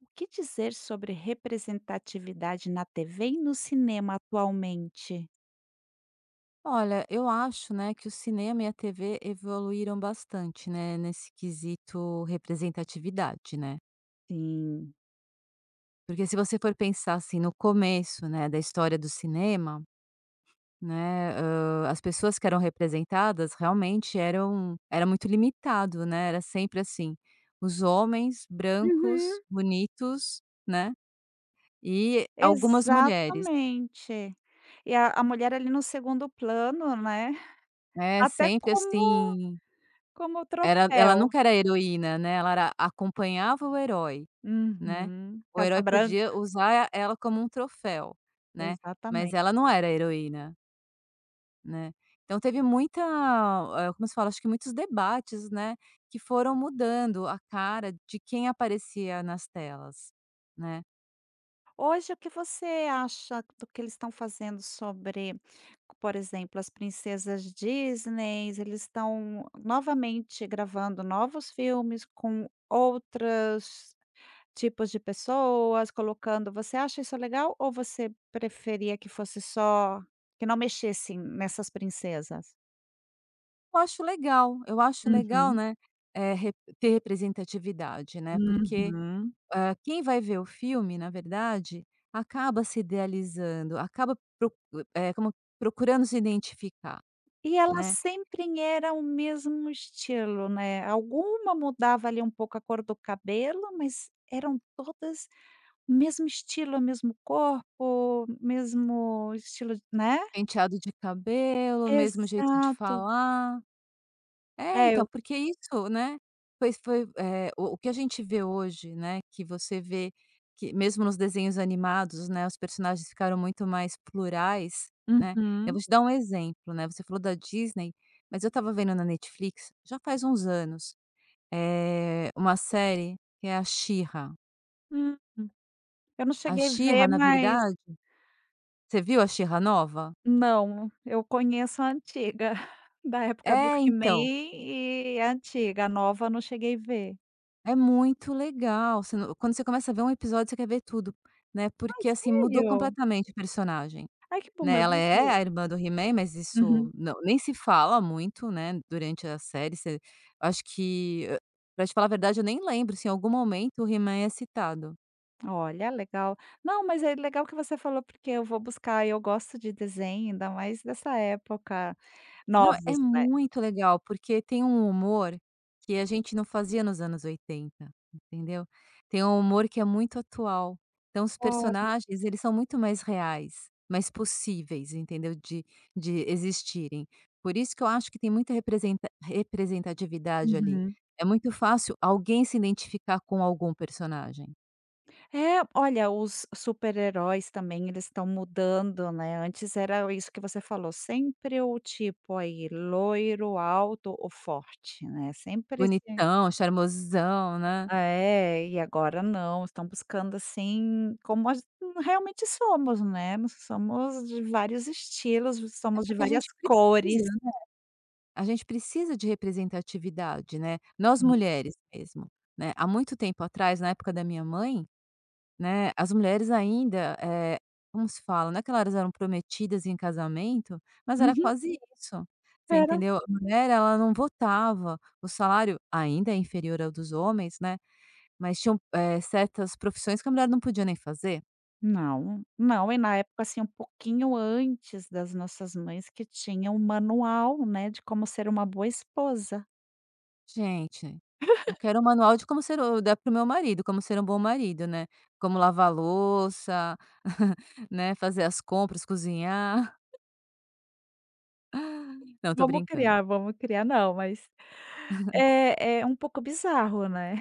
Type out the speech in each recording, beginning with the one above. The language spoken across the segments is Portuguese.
O que dizer sobre representatividade na TV e no cinema atualmente? Olha, eu acho, né, que o cinema e a TV evoluíram bastante, né, nesse quesito representatividade, né. Sim. Porque se você for pensar, assim, no começo, né, da história do cinema, as pessoas que eram representadas realmente era muito limitado, né, era sempre assim, os homens brancos, Uhum, bonitos, né, e algumas mulheres. exatamente. E a mulher ali no segundo plano, né, É, até sempre como assim, como era ela troféu. nunca era heroína, né, ela era acompanhava o herói. Né. Uhum, O Casa herói Branca, podia usar ela como um troféu, né, mas exatamente. ela não era a heroína, né. Então teve muita, como se fala, acho que muitos debates, né, que foram mudando a cara de quem aparecia nas telas, né. Hoje, o que você acha do que eles estão fazendo sobre, por exemplo, as princesas Disney? Eles estão novamente gravando novos filmes com outros tipos de pessoas, colocando. Você acha isso legal ou você preferia que fosse só que não mexessem nessas princesas? Eu acho legal, Uhum, né, eh, rep ter representatividade, né, porque, uhum. Quem vai ver o filme, na verdade, acaba se idealizando, acaba pro eh, como procurando se identificar, E ela né. sempre era o mesmo estilo, né, alguma mudava ali um pouco a cor do cabelo, mas eram todas o mesmo estilo, o mesmo corpo, mesmo estilo de né. Penteado de cabelo, mesmo jeito de Exato. falar. É, É, então, eu porque isso, né. Pois foi, o que a gente vê hoje, né, que você vê que mesmo nos desenhos animados, né, os personagens ficaram muito mais plurais, né. Eu uhum, vou te dar um exemplo, né, você falou da Disney, mas eu estava vendo na Netflix, já faz uns anos, é uma série que é a She-Ra. uhum. Eu não A cheguei She-Ra, ver, na mas verdade, você viu a She-Ra nova? não, eu conheço a antiga, da época do É, He-Man então. e a antiga, a nova eu não cheguei ver. É muito legal, você não quando você começa a ver um episódio, você quer ver tudo, né, Ai, porque, assim, mudou sério? completamente o personagem, Ai, que bom, né, eu ela vou é ver. a irmã do He-Man, mas isso Uhum. Nem se fala muito, né, durante a série. Você acho que, pra te falar a verdade, eu nem lembro se em algum momento o He-Man é citado. Olha, legal. Não, mas é legal que você falou, porque eu vou buscar, eu gosto de desenho, ainda mais dessa época. Não, é Novos, né? muito legal, porque tem um humor que a gente não fazia nos anos 80, entendeu. Tem um humor que é muito atual. Então os Olha. personagens, eles são muito mais reais, mais possíveis, entendeu, de existirem. Por isso que eu acho que tem muita representatividade ali. Uhum. É muito fácil alguém se identificar com algum personagem. É, olha, os super-heróis também, eles estão mudando, né? Antes era isso que você falou, sempre o tipo aí, loiro, alto ou forte, né? Sempre esse. Bonitão, charmosão, né. É, e agora não, estão buscando assim, como nós realmente somos, né, nós somos de vários estilos, É somos de porque a várias gente precisa. cores, A gente precisa de representatividade, né, nós sim. mulheres mesmo, né. Há muito tempo atrás, na época da minha mãe, né, as mulheres ainda, como se fala, não é que elas eram prometidas em casamento, mas era Uhum, quase isso, você era. entendeu? A mulher, ela não votava, o salário ainda é inferior ao dos homens, né, mas tinham, certas profissões que a mulher não podia nem fazer. Não, não, e na época, assim, um pouquinho antes das nossas mães que tinham um manual, né, de como ser uma boa esposa. Gente, eu quero um manual de como ser o dar pro meu marido, como ser um bom marido, né. Como lavar louça, né, fazer as compras, cozinhar. Não, tô Vamos brincando. criar, vamos criar. Não, mas é um pouco bizarro, né?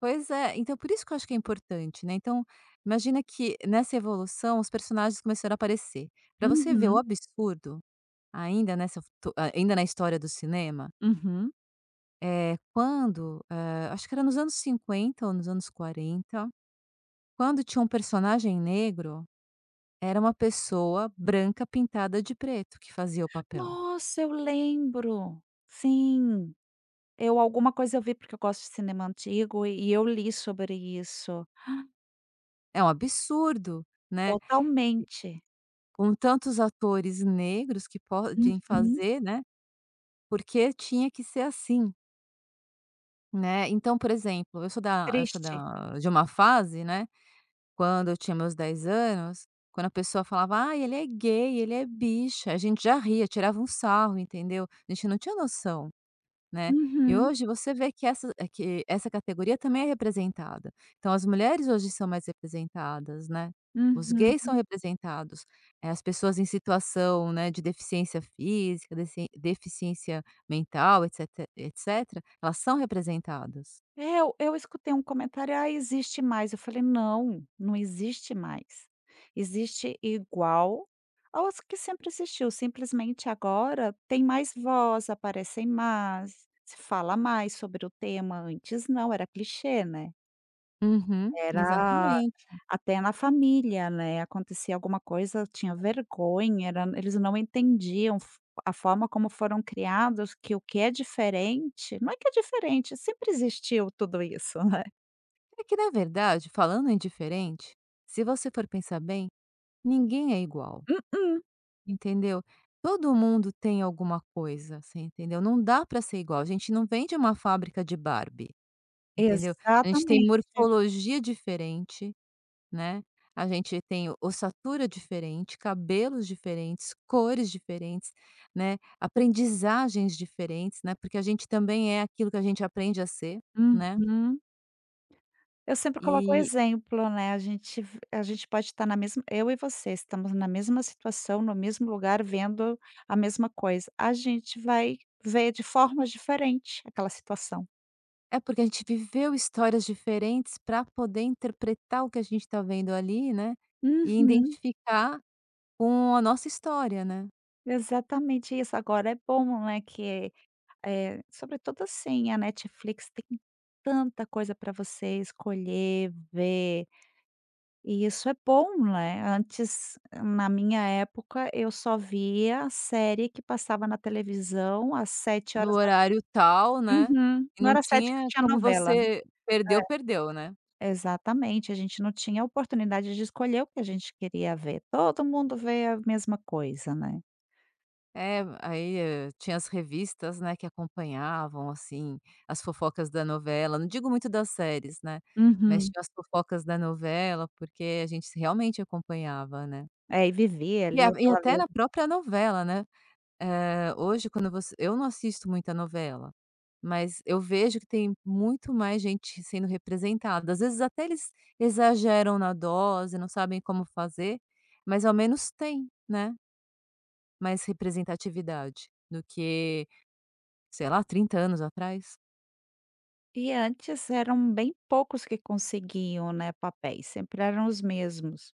Pois é, então por isso que eu acho que é importante, né. Então, imagina que nessa evolução os personagens começaram a aparecer. Pra você ver o Uhum, absurdo, ainda nessa to ah, ainda na história do cinema, uhum. é quando, acho que era nos anos 50 ou nos anos 40, quando tinha um personagem negro, era uma pessoa branca pintada de preto que fazia o papel. Nossa, eu lembro. Sim. Eu alguma coisa eu vi, porque eu gosto de cinema antigo e eu li sobre isso. É um absurdo, né, Totalmente. com tantos atores negros que podem Uhum. fazer, né, porque tinha que ser assim, né. Então, por exemplo, eu sou Triste. da de uma fase, né, quando eu tinha meus 10 anos, quando a pessoa falava: "Ai, ele é gay, ele é bicha", a gente já ria, tirava um sarro, entendeu. A gente não tinha noção. Né. E Uhum, hoje você vê que que essa categoria também é representada. Então as mulheres hoje são mais representadas, né. Os uhum. gays são representados, as pessoas em situação, né, de deficiência física, deficiência mental, etc., etcétera, elas são representadas. É, eu escutei um comentário: "Ah, existe mais", eu falei: "Não, não existe mais. Existe igual aos que sempre existiu, simplesmente agora tem mais voz, aparecem mais, se fala mais sobre o tema, antes não, era clichê, né? Uhum, Era exatamente. Até na família, né, acontecia alguma coisa, eu tinha vergonha, era eles não entendiam f a forma como foram criados, que o que é diferente não é que é diferente, sempre existiu tudo isso, né. É que na verdade, falando em diferente, se você for pensar bem, ninguém é igual. Mm-mm. Entendeu? Todo mundo tem alguma coisa, você entendeu? Não dá para ser igual, a gente não vem de uma fábrica de Barbie, entendeu? A gente tem Exatamente. morfologia diferente, né, a gente tem ossatura diferente, cabelos diferentes, cores diferentes, né, aprendizagens diferentes, né, porque a gente também é aquilo que a gente aprende a ser, né, Uhum. Eu sempre coloco o e exemplo, né, a gente pode estar na mesma eu e você estamos na mesma situação, no mesmo lugar, vendo a mesma coisa. A gente vai ver de formas diferente aquela situação. é porque a gente viveu histórias diferentes para poder interpretar o que a gente está vendo ali, né, e Uhum. identificar com a nossa história, né, Exatamente isso. Agora é bom, né, que, é sobretudo assim, a Netflix tem tanta coisa para você escolher, ver, e isso é bom, né. Antes, na minha época, eu só via a série que passava na televisão às sete no horas da horário tal, né, Uhum. e Não não era sete que tinha tinha como, novela, né. você perdeu, perdeu, né. É, exatamente, a gente não tinha oportunidade de escolher o que a gente queria ver. Todo mundo vê a mesma coisa, né. É, aí, tinha as revistas, né, que acompanhavam, assim, as fofocas da novela, não digo muito das séries, né, mas Uhum. tinha as fofocas da novela, porque a gente realmente acompanhava, né. É, e vivia ali E aquela até na própria novela, né. Hoje quando você eu não assisto muita novela, mas eu vejo que tem muito mais gente sendo representada. Às vezes até eles exageram na dose, não sabem como fazer, mas ao menos tem, né, mais representatividade do que, sei lá, 30 anos atrás. E antes eram bem poucos que conseguiam, né, papéis, sempre eram os mesmos.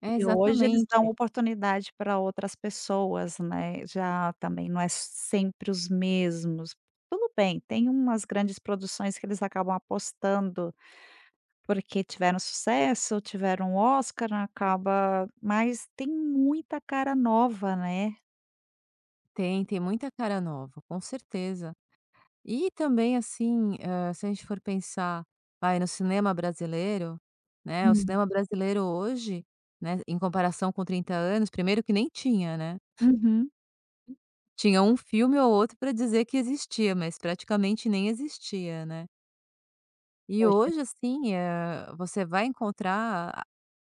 É, E hoje uhum. Eles dão exatamente. oportunidade para outras pessoas, né, já também não é sempre os mesmos. Tudo bem, tem umas grandes produções que eles acabam apostando, porque tiveram sucesso, tiveram Oscar, acaba mas tem muita cara nova, né. Tem, tem muita cara nova, com certeza. E também, assim, se a gente for pensar, vai, no cinema brasileiro, né, o Hum. cinema brasileiro hoje, né, em comparação com 30 anos, primeiro que nem tinha, né. Uhum. Tinha um filme ou outro para dizer que existia, mas praticamente nem existia, né. E Hoje hoje, assim, você vai encontrar a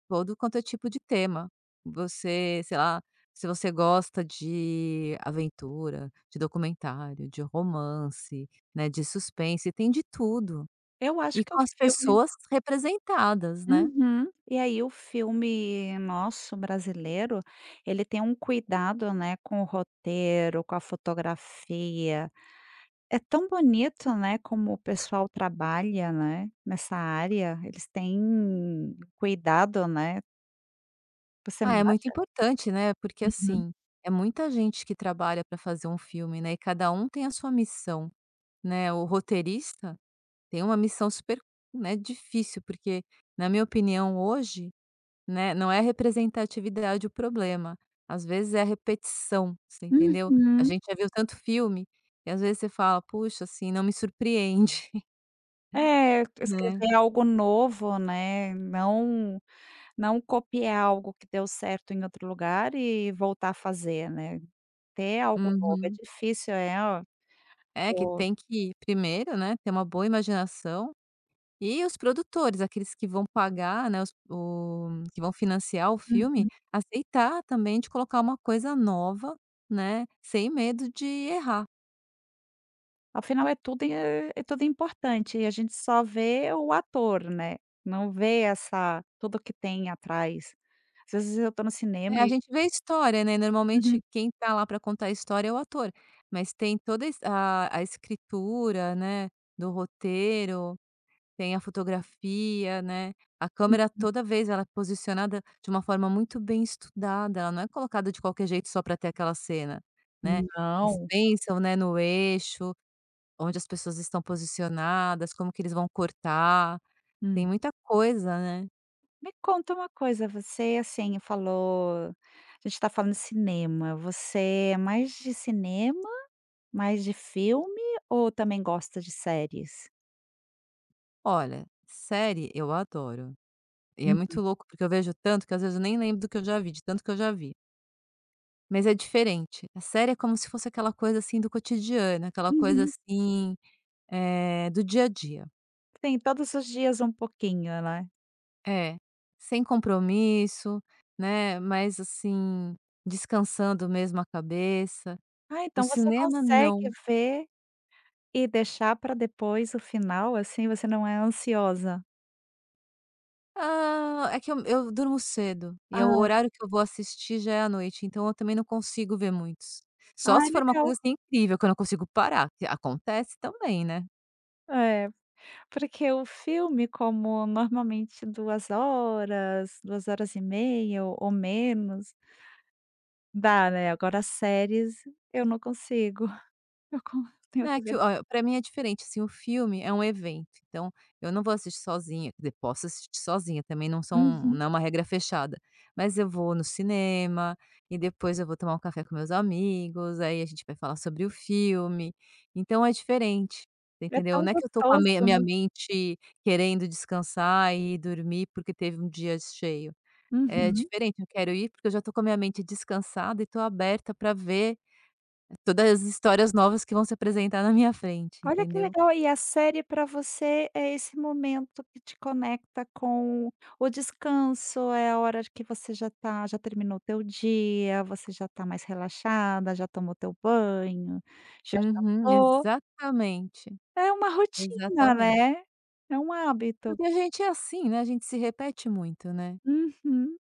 todo quanto é tipo de tema. Você, sei lá, se você gosta de aventura, de documentário, de romance, né, de suspense, tem de tudo. eu acho E que o com as filme pessoas representadas, né. uhum. E aí o filme nosso brasileiro, ele tem um cuidado, né, com o roteiro, com a fotografia. É tão bonito, né, como o pessoal trabalha, né, nessa área. Eles têm cuidado, né. Você Ah, não é muito acha? importante, né, porque, Uhum. assim, é muita gente que trabalha para fazer um filme, né, e cada um tem a sua missão, né. O roteirista tem uma missão super, né, difícil, porque, na minha opinião, hoje, né, não é a representatividade o problema, às vezes é a repetição, você entendeu. A Uhum. gente já viu tanto filme, e às vezes você fala: "Puxa, assim, não me surpreende", É, né. escrever algo novo, né, não não copiar algo que deu certo em outro lugar e voltar a fazer, né. Ter algo novo é Uhum. difícil, é É, que o tem que primeiro, né, ter uma boa imaginação, e os produtores, aqueles que vão pagar, né, os o que vão financiar o filme, uhum. aceitar também de colocar uma coisa nova, né, sem medo de errar. Afinal é tudo é tudo importante e a gente só vê o ator, né, não vê essa tudo que tem atrás. Às vezes eu estou no cinema A e gente vê história, né, normalmente uhum, quem tá lá para contar a história é o ator, mas tem toda es a escritura, né, do roteiro. Tem a fotografia, né, a hum. câmera toda vez ela é posicionada de uma forma muito bem estudada, ela não é colocada de qualquer jeito só para ter aquela cena, né. Eles Não. pensam, né, no eixo, onde as pessoas estão posicionadas, como que eles vão cortar, tem Hum. muita coisa, né. Me conta uma coisa, você, assim, falou a gente tá falando de cinema, você é mais de cinema, mais de filme ou também gosta de séries? Olha, série eu adoro, e é muito louco porque eu vejo tanto que às vezes eu nem lembro do que eu já vi, de tanto que eu já vi, mas é diferente. A série é como se fosse aquela coisa, assim, do cotidiano, aquela coisa, Uhum. assim, do dia a dia. Tem todos os dias um pouquinho, né. É, sem compromisso, né, mas assim, descansando mesmo a cabeça. Ah, O então você cinema consegue não. ver e deixar para depois o final, assim, você não é ansiosa? Ah, é que eu durmo cedo, e é o Ah, horário que eu vou assistir, já é à noite, então eu também não consigo ver muitos. Só ai se for uma coisa, legal. assim, incrível que eu não consigo parar, que acontece também, né. É, porque o filme como normalmente 2 horas e meia ou menos, dá, né, agora as séries eu não consigo, eu co tenho É que que ver olha, pra mim é diferente, assim, o filme é um evento, então eu não vou assistir sozinha, quer dizer, posso assistir sozinha, também não são uhum. não é uma regra fechada, mas eu vou no cinema e depois eu vou tomar um café com meus amigos, aí a gente vai falar sobre o filme, então é diferente, você É entendeu? tão Não é que eu tô com a me gostoso, minha né. mente querendo descansar e dormir porque teve um dia cheio, é Uhum. diferente, eu quero ir porque eu já tô com a minha mente descansada e tô aberta pra ver todas as histórias novas que vão se apresentar na minha frente, Olha que entendeu? legal, e a série para você é esse momento que te conecta com o descanso, é a hora que você já tá já terminou o teu dia, você já tá mais relaxada, já tomou teu banho, já hum. Uhum, Jantou. exatamente, É uma rotina, exatamente. né, é um hábito. Porque a gente é assim, né, a gente se repete muito, né. Uhum,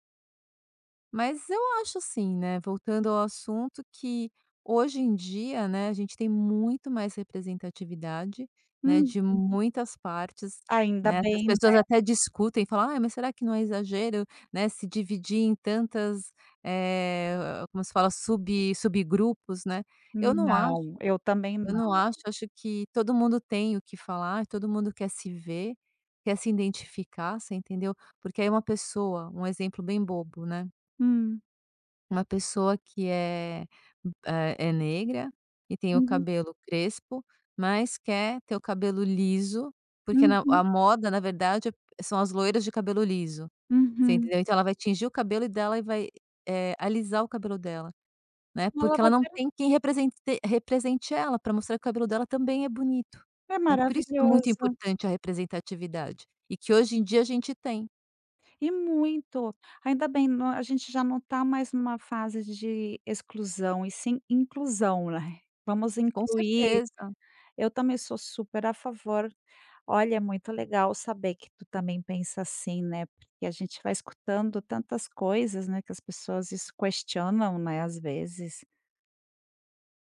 Mas eu acho assim, né, voltando ao assunto, que hoje em dia, né, a gente tem muito mais representatividade, né, hum. de muitas partes, Ainda né, as bem, né. pessoas até discutem, falam: "Ah, mas será que não é exagero, né, se dividir em tantas, eh, como se fala, subgrupos, né?" Eu não acho. Não, eu também Eu não não. acho, acho que todo mundo tem o que falar, todo mundo quer se ver, quer se identificar, você entendeu? Porque aí uma pessoa, um exemplo bem bobo, né, Hum, uma pessoa que é negra e tem o uhum, cabelo crespo, mas quer ter o cabelo liso, porque na a uhum, moda, na verdade, são as loiras de cabelo liso, você uhum. entendeu? Então ela vai tingir o cabelo dela e vai, alisar o cabelo dela. Né, Uma porque ela não lavadeira tem quem represente ela, para mostrar que o cabelo dela também é bonito, é né. Por isso que é muito maravilhoso. importante a representatividade, e que hoje em dia a gente tem, E muito. Ainda bem, nó a gente já não está mais numa fase de exclusão, e sim inclusão, né. Vamos com incluir certeza. eu também sou super a favor. Olha, é muito legal saber que tu também pensa assim, né, porque a gente vai escutando tantas coisas, né, que as pessoas es questionam, né, às vezes.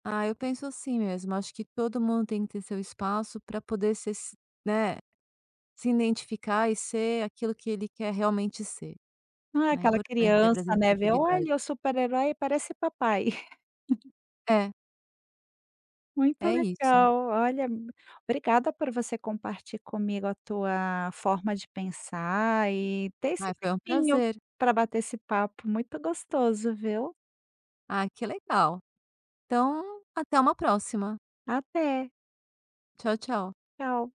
Ah, eu penso assim mesmo, acho que todo mundo tem que ter seu espaço para poder ser se né, se identificar e ser aquilo que ele quer realmente ser, Ah, né, é aquela importante a criança, né, vê: representatividade. "Olha, o super-herói parece papai". É, Muito é isso. legal. Olha, obrigada por você compartilhar comigo a tua forma de pensar e ter Ai, esse foi um tempinho prazer. para bater esse papo muito gostoso, viu? Ah, que legal. Então, até uma próxima. Até. Tchau, tchau. Tchau.